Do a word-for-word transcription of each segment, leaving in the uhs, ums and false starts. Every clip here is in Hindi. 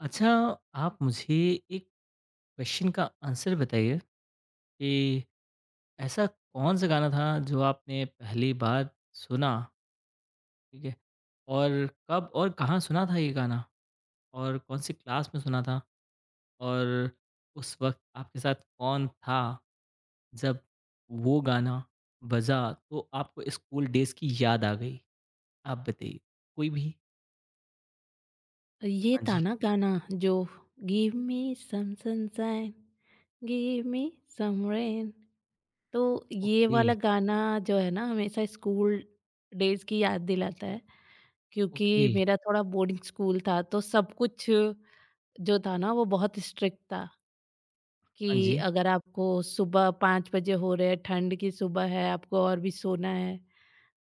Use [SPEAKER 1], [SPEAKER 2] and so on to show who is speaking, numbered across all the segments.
[SPEAKER 1] अच्छा, आप मुझे एक क्वेश्चन का आंसर बताइए कि ऐसा कौन-सा गाना था जो आपने पहली बार सुना, ठीक है? और कब और कहाँ सुना था ये गाना? और कौन-सी क्लास में सुना था? और उस वक़्त आपके साथ कौन था? जब वो गाना बजा तो आपको स्कूल डेज़ की याद आ गई? आप बताइए। कोई भी?
[SPEAKER 2] ये
[SPEAKER 1] हाँ
[SPEAKER 2] था
[SPEAKER 1] जी।
[SPEAKER 2] ना गाना जो give me some sunshine give me some rain. तो ये
[SPEAKER 1] ओके,
[SPEAKER 2] वाला गाना जो है ना हमेशा स्कूल डेज की याद दिलाता है क्योंकि
[SPEAKER 1] ओके।
[SPEAKER 2] मेरा थोड़ा बोर्डिंग स्कूल था तो सब कुछ जो था ना वो बहुत स्ट्रिक्ट था।
[SPEAKER 1] हाँ
[SPEAKER 2] कि
[SPEAKER 1] जी।
[SPEAKER 2] अगर आपको सुबह पाँच बजे हो रहे हैं, ठंड की सुबह है, आपको और भी सोना है,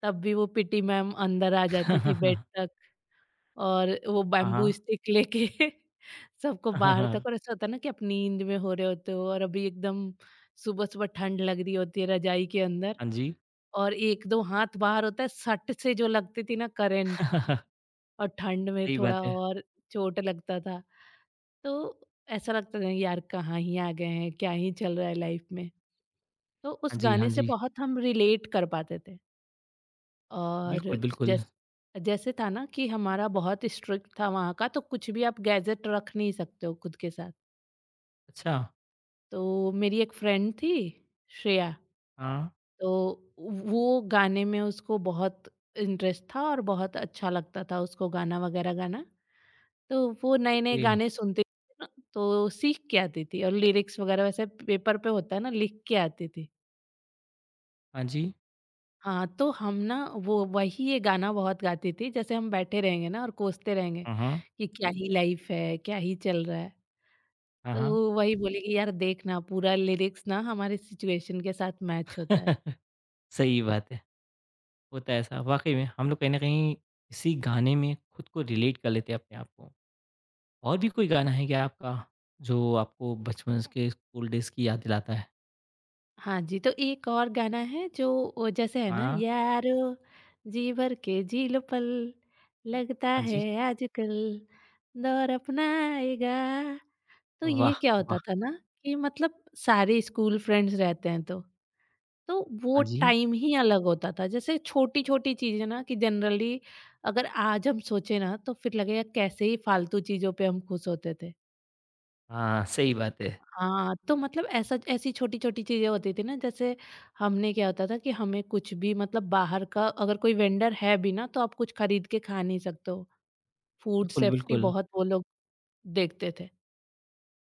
[SPEAKER 2] तब भी वो पीटी मैम अंदर आ जाती
[SPEAKER 1] हाँ,
[SPEAKER 2] थी बेड
[SPEAKER 1] हाँ।
[SPEAKER 2] तक, और वो
[SPEAKER 1] हाँ,
[SPEAKER 2] बैम्बू
[SPEAKER 1] हाँ।
[SPEAKER 2] स्टिक लेके सबको
[SPEAKER 1] हाँ, हाँ,
[SPEAKER 2] बाहर
[SPEAKER 1] हाँ।
[SPEAKER 2] तक। और ऐसा होता है ना कि आप नींद में हो रहे होते हो और अभी एकदम सुबह-सुबह ठंड लग रही होती है रजाई के अंदर,
[SPEAKER 1] हाँ जी।
[SPEAKER 2] और एक दो हाथ बाहर होता है, सट से जो लगती थी ना करंट, और ठंड में
[SPEAKER 1] सही
[SPEAKER 2] थोड़ा
[SPEAKER 1] बात है।
[SPEAKER 2] और चोट लगता था। तो ऐसा लगता था यार कहाँ ही आ गए हैं, क्या ही चल रहा है लाइफ में। तो उस
[SPEAKER 1] हाँ जी,
[SPEAKER 2] गाने
[SPEAKER 1] हाँ
[SPEAKER 2] से
[SPEAKER 1] जी।
[SPEAKER 2] बहुत हम रिलेट कर पाते थे।
[SPEAKER 1] बिल्कुल,
[SPEAKER 2] और
[SPEAKER 1] बिल्कुल।
[SPEAKER 2] जैस जैसे था ना कि हमारा बहुत स्ट्रिक्ट था वहाँ का, तो कुछ भी आप गैजेट रख नहीं सकते हो खुद के साथ।
[SPEAKER 1] अच्छा,
[SPEAKER 2] तो मेरी एक फ्रेंड थी श्रेया,
[SPEAKER 1] हाँ,
[SPEAKER 2] तो वो गाने में उसको बहुत इंटरेस्ट था और बहुत अच्छा लगता था उसको गाना वगैरह गाना। तो वो नए-नए
[SPEAKER 1] ओके।
[SPEAKER 2] गाने सुनती थी ना, तो सीख के आती थी और लिरिक्स वगैरह वैसे पेपर पे होता है ना लिख के आती थी।
[SPEAKER 1] हाँ जी,
[SPEAKER 2] हाँ, तो हम ना वो वही ये गाना बहुत गाती थी, जैसे हम बैठे रहेंगे ना और कोसते रहेंगे
[SPEAKER 1] हाँ, हाँ।
[SPEAKER 2] कि क्या जी ही लाइफ़ है, क्या ही चल रहा है।
[SPEAKER 1] हाँ, हाँ।
[SPEAKER 2] तो वही बोली कि यार देख ना पूरा लिरिक्स ना हमारे सिचुएशन के साथ मैच होता है।
[SPEAKER 1] सही बात है, होता है ऐसा। वाक़ई में हम लोग कहीं न कहीं इसी गाने में खुद को रिलेट कर लेते हैं अपने आप को। और भी कोई गाना है क्या आपका जो आपको बचपन के स्कूल डेज़ की याद दिलाता है?
[SPEAKER 2] हाँ जी, तो एक और गाना है जो, वो जैसे है ना
[SPEAKER 1] हाँ।
[SPEAKER 2] यारो, जी भर के जी लो पल,
[SPEAKER 1] अ,
[SPEAKER 2] लगता
[SPEAKER 1] हाँ
[SPEAKER 2] है
[SPEAKER 1] जी।
[SPEAKER 2] आजकल दौर अपनाएगा। तो ये
[SPEAKER 1] वाह!
[SPEAKER 2] क्या
[SPEAKER 1] वाह!
[SPEAKER 2] होता था ना कि मतलब सारे स्कूल फ्रेंड्स रहते हैं तो तो वो
[SPEAKER 1] हाँ जी।
[SPEAKER 2] टाइम ही अलग होता था। जैसे छोटी-छोटी चीज़ें ना कि जनरली अगर आज हम सोचे ना, तो फिर लगेगा कैसे ही फालतू चीज़ों पे हम खुश होते थे।
[SPEAKER 1] हाँ, सही बात है।
[SPEAKER 2] हाँ, तो मतलब ऐसा ऐसी छोटी-छोटी चीज़ें होती थी ना, जैसे हमने क्या होता था कि हमें कुछ भी मतलब बाहर का अगर कोई वेंडर है भी ना तो आप कुछ खरीद के खा नहीं सकते हो। फूड
[SPEAKER 1] बिल्कुल,
[SPEAKER 2] सेफ्टी
[SPEAKER 1] बिल्कुल।
[SPEAKER 2] बहुत वो लोग देखते थे।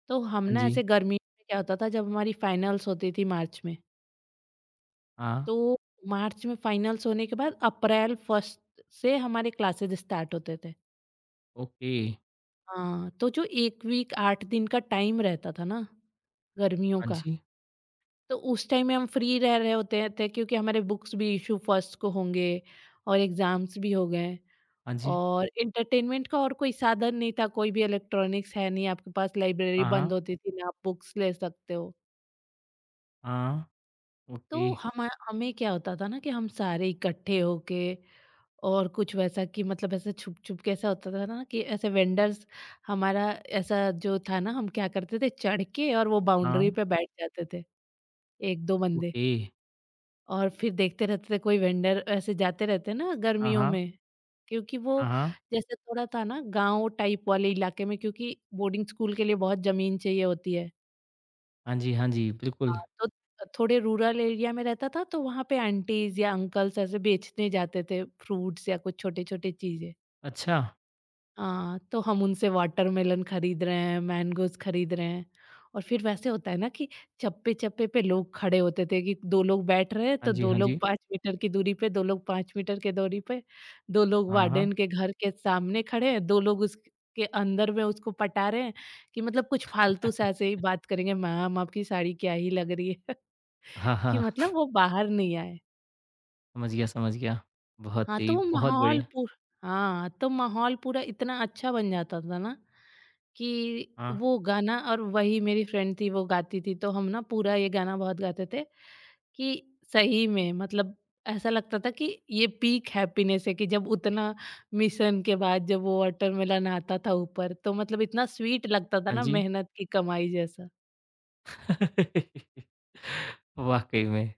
[SPEAKER 2] तो हम
[SPEAKER 1] हाँ
[SPEAKER 2] ना
[SPEAKER 1] जी,
[SPEAKER 2] ऐसे गर्मी में क्या होता था जब हमारी फाइनल्स होती थी मार्च में,
[SPEAKER 1] हाँ।
[SPEAKER 2] तो मार्च में फाइनल्स होने के बाद अप्रैल फर्स्ट से हमारे क्लासेस स्टार्ट होते थे।
[SPEAKER 1] ओके।
[SPEAKER 2] हाँ, तो जो एक वीक आठ दिन का टाइम रहता था ना गर्मियों
[SPEAKER 1] हाँ
[SPEAKER 2] का,
[SPEAKER 1] जी,
[SPEAKER 2] तो उस टाइम में हम फ्री रह रहे होते थे क्योंकि हमारे बुक्स भी इश्यू फर्स्ट को होंगे और एग्ज़ाम्स भी हो गए,
[SPEAKER 1] हाँ जी।
[SPEAKER 2] और एंटरटेनमेंट का और कोई साधन नहीं था, कोई भी इलेक्ट्रॉनिक्स है नहीं आपके पास, लाइब्रेरी
[SPEAKER 1] हाँ,
[SPEAKER 2] बंद
[SPEAKER 1] हाँ।
[SPEAKER 2] होती थी, ना आप बुक्स ले सकते हो।
[SPEAKER 1] हाँ, ओके।
[SPEAKER 2] तो हम हमें क्या होता था ना कि हम सारे इकट्ठे होके और कुछ वैसा कि मतलब ऐसा छुप छुप के ऐसा होता था ना कि ऐसे वेंडर्स, हमारा ऐसा जो था ना, हम क्या करते थे चढ़ के और वो बाउंड्री
[SPEAKER 1] हाँ।
[SPEAKER 2] पे बैठ जाते थे एक दो बंदे,
[SPEAKER 1] ओके।
[SPEAKER 2] और फिर देखते रहते थे कोई वेंडर ऐसे जाते रहते ना
[SPEAKER 1] हाँ,
[SPEAKER 2] गर्मियों
[SPEAKER 1] हाँ।
[SPEAKER 2] में, क्योंकि वो
[SPEAKER 1] हाँ, हाँ।
[SPEAKER 2] जैसे थोड़ा था ना गांव टाइप वाले इलाके में, क्योंकि बोर्डिंग स्कूल के लिए बहुत जमीन चाहिए होती है।
[SPEAKER 1] हाँ जी, हाँ जी,
[SPEAKER 2] हाँ,
[SPEAKER 1] बिल्कुल।
[SPEAKER 2] तो थोड़े रूरल एरिया में रहता था तो वहाँ पे आंटीज़ या अंकल्स ऐसे बेचने जाते थे फ्रूट्स या कुछ छोटे-छोटे चीज़ें।
[SPEAKER 1] अच्छा।
[SPEAKER 2] हाँ, तो हम उनसे वाटरमेलन खरीद रहे हैं, मैंगोज़ खरीद रहे हैं, और फिर वैसे होता है ना कि चप्पे-चप्पे पे लोग खड़े होते थे। कि दो लोग बैठ रहे हैं
[SPEAKER 1] हाँ
[SPEAKER 2] तो
[SPEAKER 1] जी,
[SPEAKER 2] दो
[SPEAKER 1] हाँ
[SPEAKER 2] लोग
[SPEAKER 1] जी।
[SPEAKER 2] पाँच मीटर की दूरी पे, दो लोग पाँच मीटर के दूरी पे, दो लोग
[SPEAKER 1] हाँ, हाँ।
[SPEAKER 2] वार्डन के घर के सामने खड़े हैं, दो लोग उसके अंदर में उसको पटा रहे हैं, कि मतलब कुछ फालतू से ऐसे ही बात करेंगे, "मैम आपकी साड़ी क्या ही लग रही है।"
[SPEAKER 1] हाँ,
[SPEAKER 2] कि
[SPEAKER 1] हाँ।
[SPEAKER 2] मतलब वो बाहर नहीं आए।
[SPEAKER 1] समझ गया, समझ गया। बहुत
[SPEAKER 2] हाँ, तो
[SPEAKER 1] सही,
[SPEAKER 2] वो
[SPEAKER 1] बहुत
[SPEAKER 2] माहौल
[SPEAKER 1] बढ़िया।
[SPEAKER 2] पूर हाँ, तो माहौल पूरा इतना अच्छा बन जाता था ना, कि
[SPEAKER 1] हाँ,
[SPEAKER 2] वो गाना, और वही मेरी फ्रेंड थी वो गाती थी, तो हम ना पूरा ये गाना बहुत गाते थे कि सही में मतलब ऐसा लगता था कि ये पीक हैप्पीनेस है। कि जब उतना मिशन के बाद जब वो वाटरमेलन आता था ऊपर, तो मतलब इतना स्वीट लगता था
[SPEAKER 1] हाँ
[SPEAKER 2] ना
[SPEAKER 1] जी।
[SPEAKER 2] मेहनत की कमाई जैसा।
[SPEAKER 1] वाक़ई में,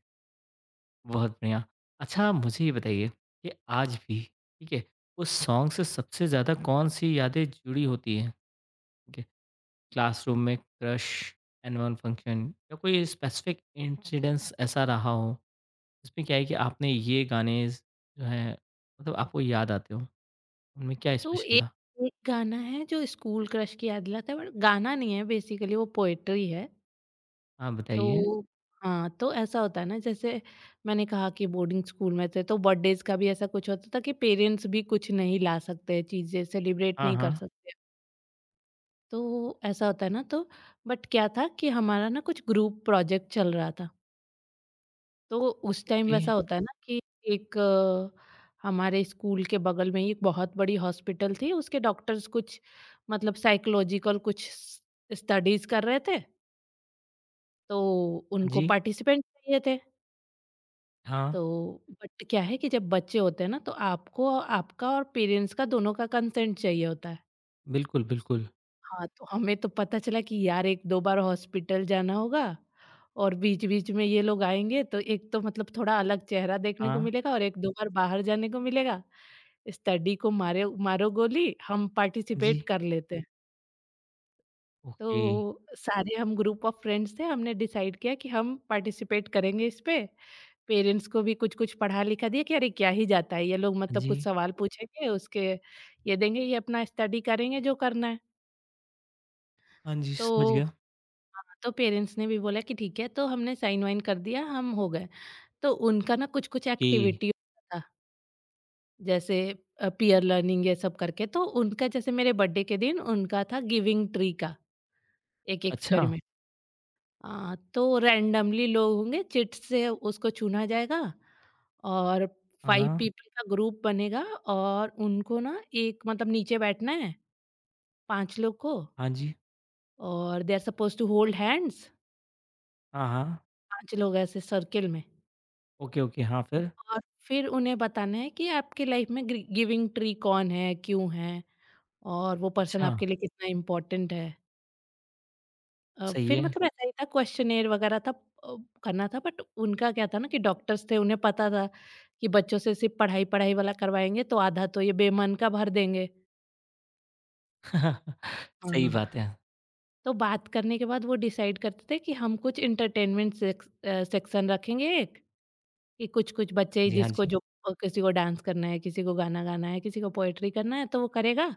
[SPEAKER 1] बहुत बढ़िया। अच्छा मुझे ये बताइए कि आज भी, ठीक है, उस सॉन्ग से सबसे ज़्यादा कौन-सी यादें जुड़ी होती हैं? ठीक है, क्लासरूम में क्रश, एनुअल फंक्शन या कोई स्पेसिफिक इंसिडेंस ऐसा रहा हो? उसमें क्या है कि आपने ये गाने स जो हैं मतलब आपको याद आते हों, उनमें क्या
[SPEAKER 2] तो
[SPEAKER 1] स्पेशल था?
[SPEAKER 2] एक एक गाना है जो स्कूल क्रश की याद दिलाता है, बट गाना नहीं है, बेसिकली वो पोएट्री है।
[SPEAKER 1] हाँ, बताइए?
[SPEAKER 2] तो हाँ, तो ऐसा होता है ना, जैसे मैंने कहा कि बोर्डिंग स्कूल में थे तो बर्थडेज का भी ऐसा कुछ होता था कि पेरेंट्स भी कुछ नहीं ला सकते, चीज़ें सेलिब्रेट
[SPEAKER 1] हाँ,
[SPEAKER 2] नहीं कर
[SPEAKER 1] हाँ।
[SPEAKER 2] सकते। तो ऐसा होता है ना, तो बट क्या था कि हमारा ना कुछ ग्रुप प्रोजेक्ट चल रहा था। तो उस टाइम
[SPEAKER 1] ओके।
[SPEAKER 2] वैसा होता है ना कि एक अ, हमारे स्कूल के बगल में ही एक बहुत बड़ी हॉस्पिटल थी, उसके डॉक्टर्स कुछ मतलब साइकोलॉजिकल कुछ स स्टडीज़ कर रहे थे, तो
[SPEAKER 1] हाँ
[SPEAKER 2] उनको
[SPEAKER 1] जी।
[SPEAKER 2] पार्टिसिपेंट चाहिए थे।
[SPEAKER 1] हाँ,
[SPEAKER 2] तो बट क्या है कि जब बच्चे होते हैं ना, तो आपको आपका और पेरेंट्स का दोनों का कंसेंट चाहिए होता है।
[SPEAKER 1] बिल्कुल, बिल्कुल।
[SPEAKER 2] हाँ। तो हमें तो पता चला कि यार एक दो बार हॉस्पिटल जाना होगा और बीच-बीच में ये लोग आएँगे, तो एक तो मतलब थोड़ा अलग चेहरा देखने को
[SPEAKER 1] हाँ,
[SPEAKER 2] मिलेगा और एक दो बार बाहर जाने को मिलेगा। स्टडी को मारे मारो गोली, हम
[SPEAKER 1] हाँ जी।
[SPEAKER 2] पार्टिसिपेट कर लेते हैं।
[SPEAKER 1] ओके।
[SPEAKER 2] तो सारे हम ग्रुप ऑफ फ्रेंड्स थे, हमने डिसाइड किया कि हम पार्टिसिपेट करेंगे इस पे। पेरेंट्स को भी कुछ-कुछ पढ़ा-लिखा दिया कि अरे क्या ही जाता है, ये लोग
[SPEAKER 1] हाँ
[SPEAKER 2] मतलब कुछ
[SPEAKER 1] जी।
[SPEAKER 2] सवाल पूछेंगे, उसके ये देंगे, ये अपना स्टडी करेंगे जो करना है।
[SPEAKER 1] हाँ जी,
[SPEAKER 2] तो
[SPEAKER 1] समझ गया।
[SPEAKER 2] हाँ, तो पेरेंट्स ने भी बोला कि ठीक है, तो हमने साइन-वाइन कर दिया, हम हो गए। तो उनका ना कुछ-कुछ
[SPEAKER 1] ओके।
[SPEAKER 2] एक्टिविटी होता था, जैसे अ, पीयर लर्निंग ये सब करके। तो उनका जैसे मेरे बर्थडे के दिन उनका था गिविंग ट्री का एक
[SPEAKER 1] अच्छा।
[SPEAKER 2] एक्सपेरिमेंट। अ, तो रैंडमली लोग होंगे चिट से उसको चुना जाएगा, और पाँच
[SPEAKER 1] हाँ,
[SPEAKER 2] पीपल का ग्रुप बनेगा, और उनको ना एक मतलब नीचे बैठना है पाँच लोग को,
[SPEAKER 1] हाँ जी।
[SPEAKER 2] और they are supposed to hold hands,
[SPEAKER 1] हाँ, हाँ।
[SPEAKER 2] पाँच लोग ऐसे सर्किल में,
[SPEAKER 1] ओके, ओके। हाँ, फिर?
[SPEAKER 2] और फिर उन्हें बताना है कि आपके लाइफ में ग्री गिविंग ट्री कौन है, क्यों है, और वो पर्सन
[SPEAKER 1] अच्छा,
[SPEAKER 2] आपके लिए कितना इम्पोर्टेंट है। अ,
[SPEAKER 1] सही
[SPEAKER 2] फिर
[SPEAKER 1] है।
[SPEAKER 2] मतलब ऐसा ही था क्वेश्चनेयर वगैरह था, अ, करना था, बट उनका क्या था ना कि डॉक्टर्स थे, उन्हें पता था कि बच्चों से सिर्फ पढ़ाई पढ़ाई वाला करवाएँगे तो आधा तो ये बेमन का भर देंगे।
[SPEAKER 1] सही
[SPEAKER 2] हाँ।
[SPEAKER 1] बात है।
[SPEAKER 2] तो बात करने के बाद वो डिसाइड करते थे कि हम कुछ एंटरटेनमेंट सेक्स अ, सेक्शन रखेंगे एक, कि कुछ-कुछ बच्चे
[SPEAKER 1] जी, हाँ
[SPEAKER 2] जिसको
[SPEAKER 1] जी।
[SPEAKER 2] जो अ, किसी को डांस करना है, किसी को गाना गाना है, किसी को पोएट्री करना है तो वो करेगा,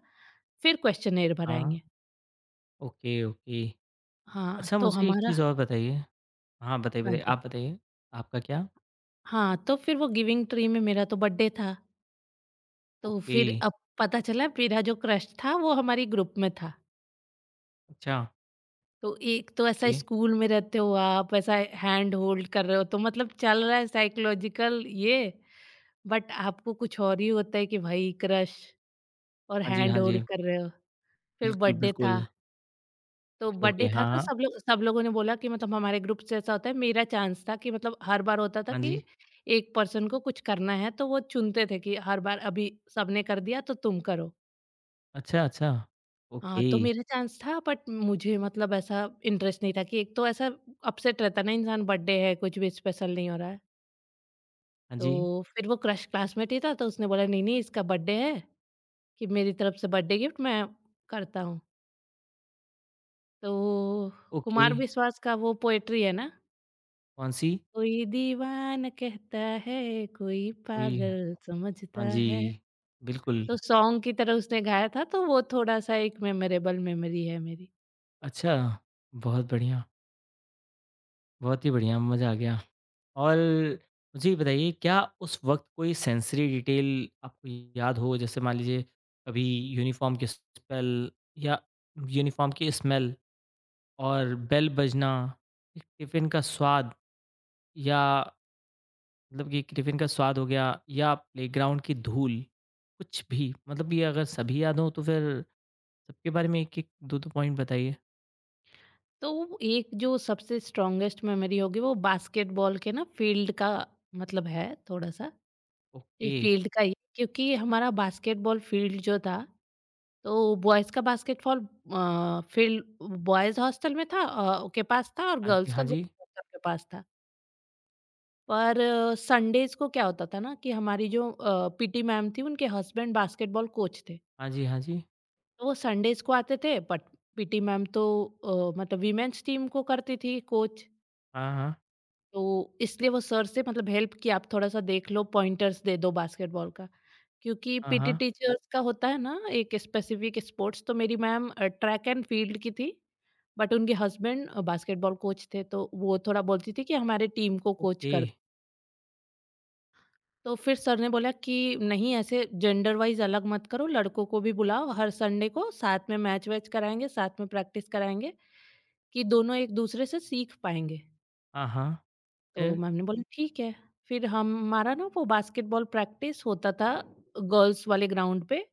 [SPEAKER 2] फिर क्वेश्चनेयर
[SPEAKER 1] हाँ,
[SPEAKER 2] भराएँगे।
[SPEAKER 1] Okay, okay.
[SPEAKER 2] हाँ,
[SPEAKER 1] अच्छा
[SPEAKER 2] तो
[SPEAKER 1] मुझे एक
[SPEAKER 2] हमारा,
[SPEAKER 1] चीज़ और बताइए? हाँ, बताइए,
[SPEAKER 2] हाँ
[SPEAKER 1] बताइए।
[SPEAKER 2] जी।
[SPEAKER 1] आप बताइए? आपका क्या?
[SPEAKER 2] हाँ, तो फिर वो गिविंग ट्री में मेरा तो बर्थडे था। तो
[SPEAKER 1] ओके।
[SPEAKER 2] फिर अब पता चला मेरा जो क्रश था वो हमारी ग्रुप में था।
[SPEAKER 1] अच्छा।
[SPEAKER 2] तो एक तो ऐसा
[SPEAKER 1] ओके।
[SPEAKER 2] स्कूल में रहते हो आप, ऐसा हैंड होल्ड कर रहे हो तो मतलब चल रहा है साइकोलॉजिकल ये, बट आपको कुछ और ही होता है कि भाई क्रश, और
[SPEAKER 1] हाँ जी,
[SPEAKER 2] हैंड
[SPEAKER 1] हाँ जी।
[SPEAKER 2] होल्ड कर रहे हो। फिर
[SPEAKER 1] बिल्कुल,
[SPEAKER 2] बर्थडे था,
[SPEAKER 1] बिल्कुल।
[SPEAKER 2] तो
[SPEAKER 1] ओके, ओके।
[SPEAKER 2] बर्थडे था
[SPEAKER 1] हाँ,
[SPEAKER 2] तो
[SPEAKER 1] हाँ।
[SPEAKER 2] सब लोग सब लोगों ने बोला कि मतलब हमारे ग्रुप से ऐसा होता है मेरा चांस था, कि मतलब हर बार होता था
[SPEAKER 1] हाँ जी।
[SPEAKER 2] कि एक पर्सन को कुछ करना है तो वो चुनते थे कि हर बार अभी सबने कर दिया तो तुम करो।
[SPEAKER 1] अच्छा, अच्छा।
[SPEAKER 2] हाँ,
[SPEAKER 1] ओके।
[SPEAKER 2] तो मेरा चांस था, बट मुझे मतलब ऐसा इंटरेस्ट नहीं था कि एक तो ऐसा अपसेट रहता है ना इंसान, बर्थडे है कुछ भी स्पेशल नहीं हो रहा है।
[SPEAKER 1] हाँ
[SPEAKER 2] तो
[SPEAKER 1] जी।
[SPEAKER 2] फिर वो क्रश क्लासमेट ही था तो उसने बोला नहीं नहीं इसका बर्थडे है, कि मेरी तरफ से बर्थडे गिफ्ट मैं करता हूँ। तो
[SPEAKER 1] ओके।
[SPEAKER 2] कुमार विश्वास का वो पोएट्री है ना,
[SPEAKER 1] कौन-सी?
[SPEAKER 2] कोई दीवान कहता है, कोई
[SPEAKER 1] कोई
[SPEAKER 2] पागल समझता
[SPEAKER 1] हाँ
[SPEAKER 2] है।
[SPEAKER 1] जी, बिल्कुल।
[SPEAKER 2] तो सॉन्ग की तरह उसने गाया था, तो वो थोड़ा सा एक मेमोरेबल मेमोरी है मेरी।
[SPEAKER 1] अच्छा, बहुत बढ़िया, बहुत ही बढ़िया, मज़ा आ गया। और मुझे ये बताइए क्या उस वक़्त कोई सेंसरी डिटेल आपको याद हो? जैसे मान लीजिए कभी यूनिफ़ॉर्म की स्पेल या यूनिफ़ॉर्म की स्मेल और बेल बजना, टिफ़िन का स्वाद या मतलब कि टिफ़िन का स्वाद हो गया या प्लेग्राउंड की धूल, कुछ भी मतलब ये अगर सभी याद हों तो फिर सबके बारे में एक-एक दो-दो पॉइंट बताइए।
[SPEAKER 2] तो वो एक जो सबसे स्ट्रॉन्गेस्ट मेमोरी होगी वो बास्केटबॉल के ना फील्ड का मतलब है, थोड़ा सा ये
[SPEAKER 1] ओके,
[SPEAKER 2] फील्ड का ही, क्योंकि हमारा बास्केटबॉल फील्ड जो था, तो बॉयज का बास्केटबॉल फील्ड बॉयज हॉस्टल में था अ, के पास था, और
[SPEAKER 1] हाँ जी,
[SPEAKER 2] गर्ल्स का
[SPEAKER 1] हाँ जी।
[SPEAKER 2] गर्ल्स हॉस्टल के पास था। पर संडेज को क्या होता था ना कि हमारी जो पीटी मैम थी उनके हस्बैंड बास्केटबॉल कोच थे,
[SPEAKER 1] हाँ जी, हाँ जी।
[SPEAKER 2] तो वो संडेज को आते थे। बट पीटी मैम तो अ, मतलब वीमेन्स टीम को करती थी कोच,
[SPEAKER 1] हाँ, हाँ।
[SPEAKER 2] तो इसलिए वो सर से मतलब हेल्प की आप थोड़ा-सा देख लो, पॉइंटर्स दे दो बास्केटबॉल का। क्योंकि
[SPEAKER 1] हाँ,
[SPEAKER 2] पीटी
[SPEAKER 1] हाँ।
[SPEAKER 2] टीचर्स का होता है ना एक स्पेसिफिक स्पोर्ट्स, तो मेरी ma'am uh, track and field की थी, बट उनके हस्बैंड अ, बास्केटबॉल कोच थे, तो वो थोड़ा बोलती थी कि हमारे टीम को कोच
[SPEAKER 1] ओके।
[SPEAKER 2] कर दो। तो फिर सर ने बोला कि नहीं, ऐसे जेंडर वाइज़ अलग मत करो, लड़कों को भी बुलाओ, हर संडे को साथ में मैच-वैच कराएँगे, साथ में प्रैक्टिस कराएँगे कि दोनों एक-दूसरे से सीख पाएँगे।
[SPEAKER 1] हाँ, हाँ।
[SPEAKER 2] तो
[SPEAKER 1] फिर?
[SPEAKER 2] मैम ने बोला ठीक है। फिर हम हमारा ना वो बास्केटबॉल प्रैक्टिस होता था गर्ल्स वाले ग्राउंड पे।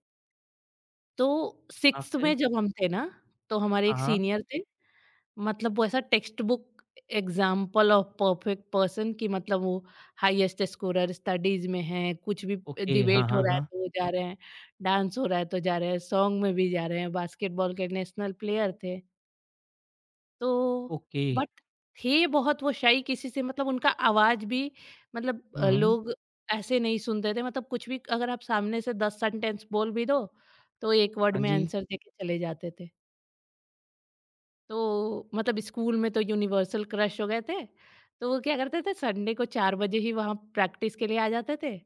[SPEAKER 2] तो
[SPEAKER 1] हाँ,
[SPEAKER 2] सिक्स्थ
[SPEAKER 1] फिर?
[SPEAKER 2] में जब हम थे ना, तो हमारे
[SPEAKER 1] हाँ,
[SPEAKER 2] एक
[SPEAKER 1] हाँ।
[SPEAKER 2] सीनियर थे। मतलब वो ऐसा text book example of perfect person, कि मतलब वो हाईएस्ट स्कोरर स्टडीज़ में हैं, कुछ भी
[SPEAKER 1] ओके, हाँ,
[SPEAKER 2] डिबेट हो
[SPEAKER 1] हाँ,
[SPEAKER 2] रहा है
[SPEAKER 1] हाँ।
[SPEAKER 2] तो वो जा रहे हैं, डांस हो रहा है तो जा रहे हैं, सॉन्ग में भी जा रहे हैं, बास्केटबॉल के नेशनल प्लेयर थे। तो
[SPEAKER 1] ओके।
[SPEAKER 2] बट थे बहुत वो शाई किसी से, मतलब उनका आवाज़ भी, मतलब
[SPEAKER 1] हुँ,
[SPEAKER 2] अ,
[SPEAKER 1] हुँ।
[SPEAKER 2] लोग ऐसे नहीं सुनते थे। मतलब कुछ भी अगर आप सामने से दस सेंटेंस बोल भी दो, तो एक वर्ड
[SPEAKER 1] हाँ
[SPEAKER 2] में
[SPEAKER 1] जी।
[SPEAKER 2] आंसर देके चले जाते थे। तो मतलब स्कूल में तो यूनिवर्सल क्रश हो गए थे। तो वो क्या करते थे, संडे को चार बजे ही वहाँ प्रैक्टिस के लिए आ जाते थे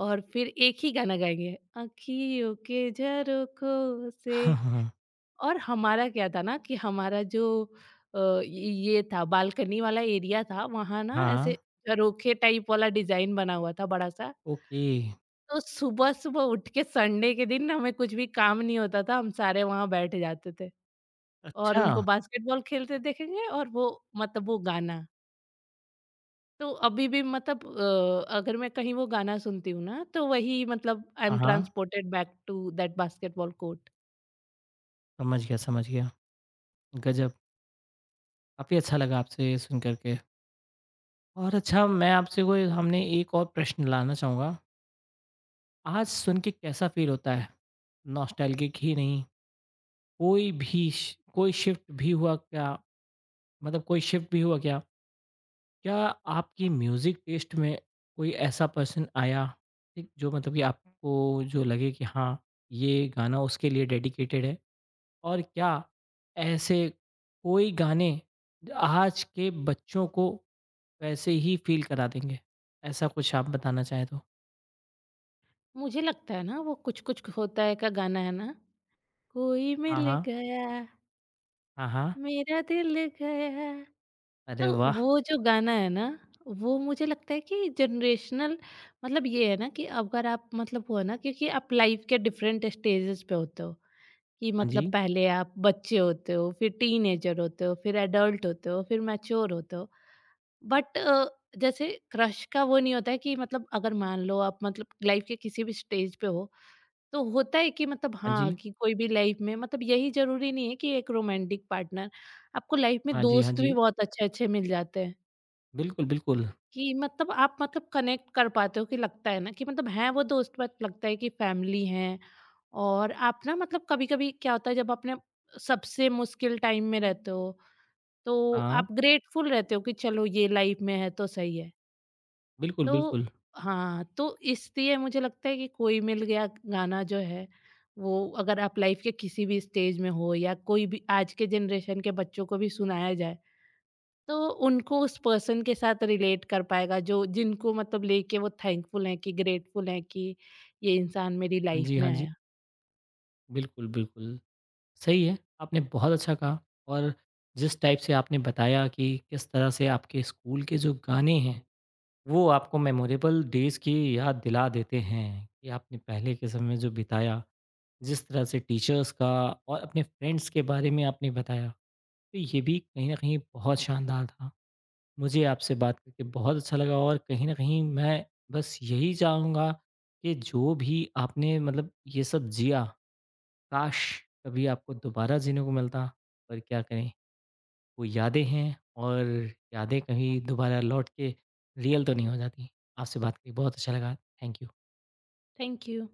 [SPEAKER 2] और फिर एक ही गाना गाएँगे, अँखियों के झरोखों से।
[SPEAKER 1] हाँ, हाँ।
[SPEAKER 2] और हमारा क्या था ना कि हमारा जो अ, ये ये था, बालकनी वाला एरिया था, वहाँ ना ऐसे
[SPEAKER 1] हाँ,
[SPEAKER 2] झरोखे टाइप वाला डिज़ाइन बना हुआ था बड़ा-सा।
[SPEAKER 1] ओके।
[SPEAKER 2] तो सुबह-सुबह उठ के संडे के दिन हमें कुछ भी काम नहीं होता था, हम सारे वहाँ बैठ जाते थे और
[SPEAKER 1] अच्छा।
[SPEAKER 2] उनको बास्केटबॉल खेलते देखेंगे और वो, मतलब वो गाना। तो अभी भी, मतलब अ, अगर मैं कहीं वो गाना सुनती हूँ ना, तो वही, मतलब आई
[SPEAKER 1] हाँ,
[SPEAKER 2] एम
[SPEAKER 1] हाँ।
[SPEAKER 2] Transported back to that basketball court.
[SPEAKER 1] समझ गया, समझ गया। गज़ब! काफ़ी अच्छा लगा आपसे सुन कर के। और अच्छा मैं आपसे कोई हमने एक और प्रश्न लाना चाहूँगा। आज सुन के कैसा फ़ील होता है? नॉस्टैल्जिक ही नहीं, कोई भी श कोई शिफ्ट भी हुआ क्या? मतलब कोई शिफ्ट भी हुआ क्या? क्या आपकी म्यूज़िक टेस्ट में कोई ऐसा पर्सन आया, ठीक, जो मतलब कि आपको जो लगे कि हाँ, ये गाना उसके लिए डेडिकेटेड है? और क्या ऐसे कोई गाने आज के बच्चों को वैसे ही फ़ील करा देंगे? ऐसा कुछ आप बताना चाहें तो?
[SPEAKER 2] मुझे लगता है ना, वो कुछ-कुछ होता है का गाना है ना, कोई
[SPEAKER 1] हाँ,
[SPEAKER 2] मिल
[SPEAKER 1] हाँ।
[SPEAKER 2] गया,
[SPEAKER 1] हाँ, हाँ।
[SPEAKER 2] मेरा दिल गया। तो
[SPEAKER 1] अरे वाह!
[SPEAKER 2] वो जो गाना है ना, वो मुझे लगता है कि जनरेशनल, मतलब ये है ना कि अगर आप, मतलब हो ना, क्योंकि आप लाइफ के डिफरेंट स्टेजेस पे होते हो, कि
[SPEAKER 1] हाँ
[SPEAKER 2] मतलब
[SPEAKER 1] जी,
[SPEAKER 2] पहले आप बच्चे होते हो, फिर टीनेजर होते हो, फिर एडल्ट होते हो, फिर मैच्योर होते हो। बट अ, जैसे क्रश का वो नहीं होता है कि मतलब, अगर मान लो आप, मतलब लाइफ के किसी भी स्टेज पे हो, तो होता है कि मतलब
[SPEAKER 1] हाँ
[SPEAKER 2] हाँ,
[SPEAKER 1] जी,
[SPEAKER 2] कि कोई भी लाइफ में, मतलब यही ज़रूरी नहीं है कि एक रोमांटिक पार्टनर, आपको लाइफ में
[SPEAKER 1] हाँ जी, हाँ
[SPEAKER 2] दोस्त भी
[SPEAKER 1] जी।
[SPEAKER 2] बहुत अच्छे-अच्छे मिल जाते हैं,
[SPEAKER 1] बिल्कुल, बिल्कुल।
[SPEAKER 2] कि मतलब आप, मतलब कनेक्ट कर पाते हो, कि लगता है ना कि मतलब हैं वो दोस्त, बट लगता है कि फैमिली हैं। और आप ना, मतलब कभी-कभी क्या होता है, जब आपने सबसे मुश्किल टाइम में रहते हो, तो
[SPEAKER 1] हाँ,
[SPEAKER 2] आप ग्रेटफुल रहते हो कि चलो ये लाइफ में है तो सही है।
[SPEAKER 1] बिल्कुल,
[SPEAKER 2] तो
[SPEAKER 1] बिल्कुल।
[SPEAKER 2] हाँ, तो इसलिए मुझे लगता है कि कोई मिल गया गाना जो है, वो अगर आप लाइफ के किसी भी स्टेज में हो या कोई भी आज के जनरेशन के बच्चों को भी सुनाया जाए, तो उनको उस पर्सन के साथ रिलेट कर पाएगा जो, जिनको मतलब लेके वो थैंकफुल हैं कि ग्रेटफुल हैं कि ये इंसान मेरी
[SPEAKER 1] हाँ
[SPEAKER 2] लाइफ
[SPEAKER 1] जी,
[SPEAKER 2] में
[SPEAKER 1] हाँ जी।
[SPEAKER 2] आया।
[SPEAKER 1] बिल्कुल, बिल्कुल। सही है, आपने बहुत अच्छा कहा और जिस टाइप से आपने बताया कि किस तरह से आपके स्कूल के जो गाने हैं, वो आपको मेमोरेबल डेज़ की याद दिला देते हैं, कि आपने पहले के समय में जो बिताया, जिस तरह से टीचर्स का और अपने फ्रेंड्स के बारे में आपने बताया, तो ये भी कहीं न कहीं बहुत शानदार था। मुझे आपसे बात करके बहुत अच्छा लगा और कहीं न कहीं मैं बस यही चाहूँगा कि जो भी आपने मतलब ये सब जिया, काश कभी आपको दोबारा जीने को मिलता। पर क्या करें, वो यादें हैं और यादें कहीं दोबारा लौट के रियल तो नहीं हो जाती। आपसे बात करके बहुत अच्छा लगा। Thank you.
[SPEAKER 2] Thank you.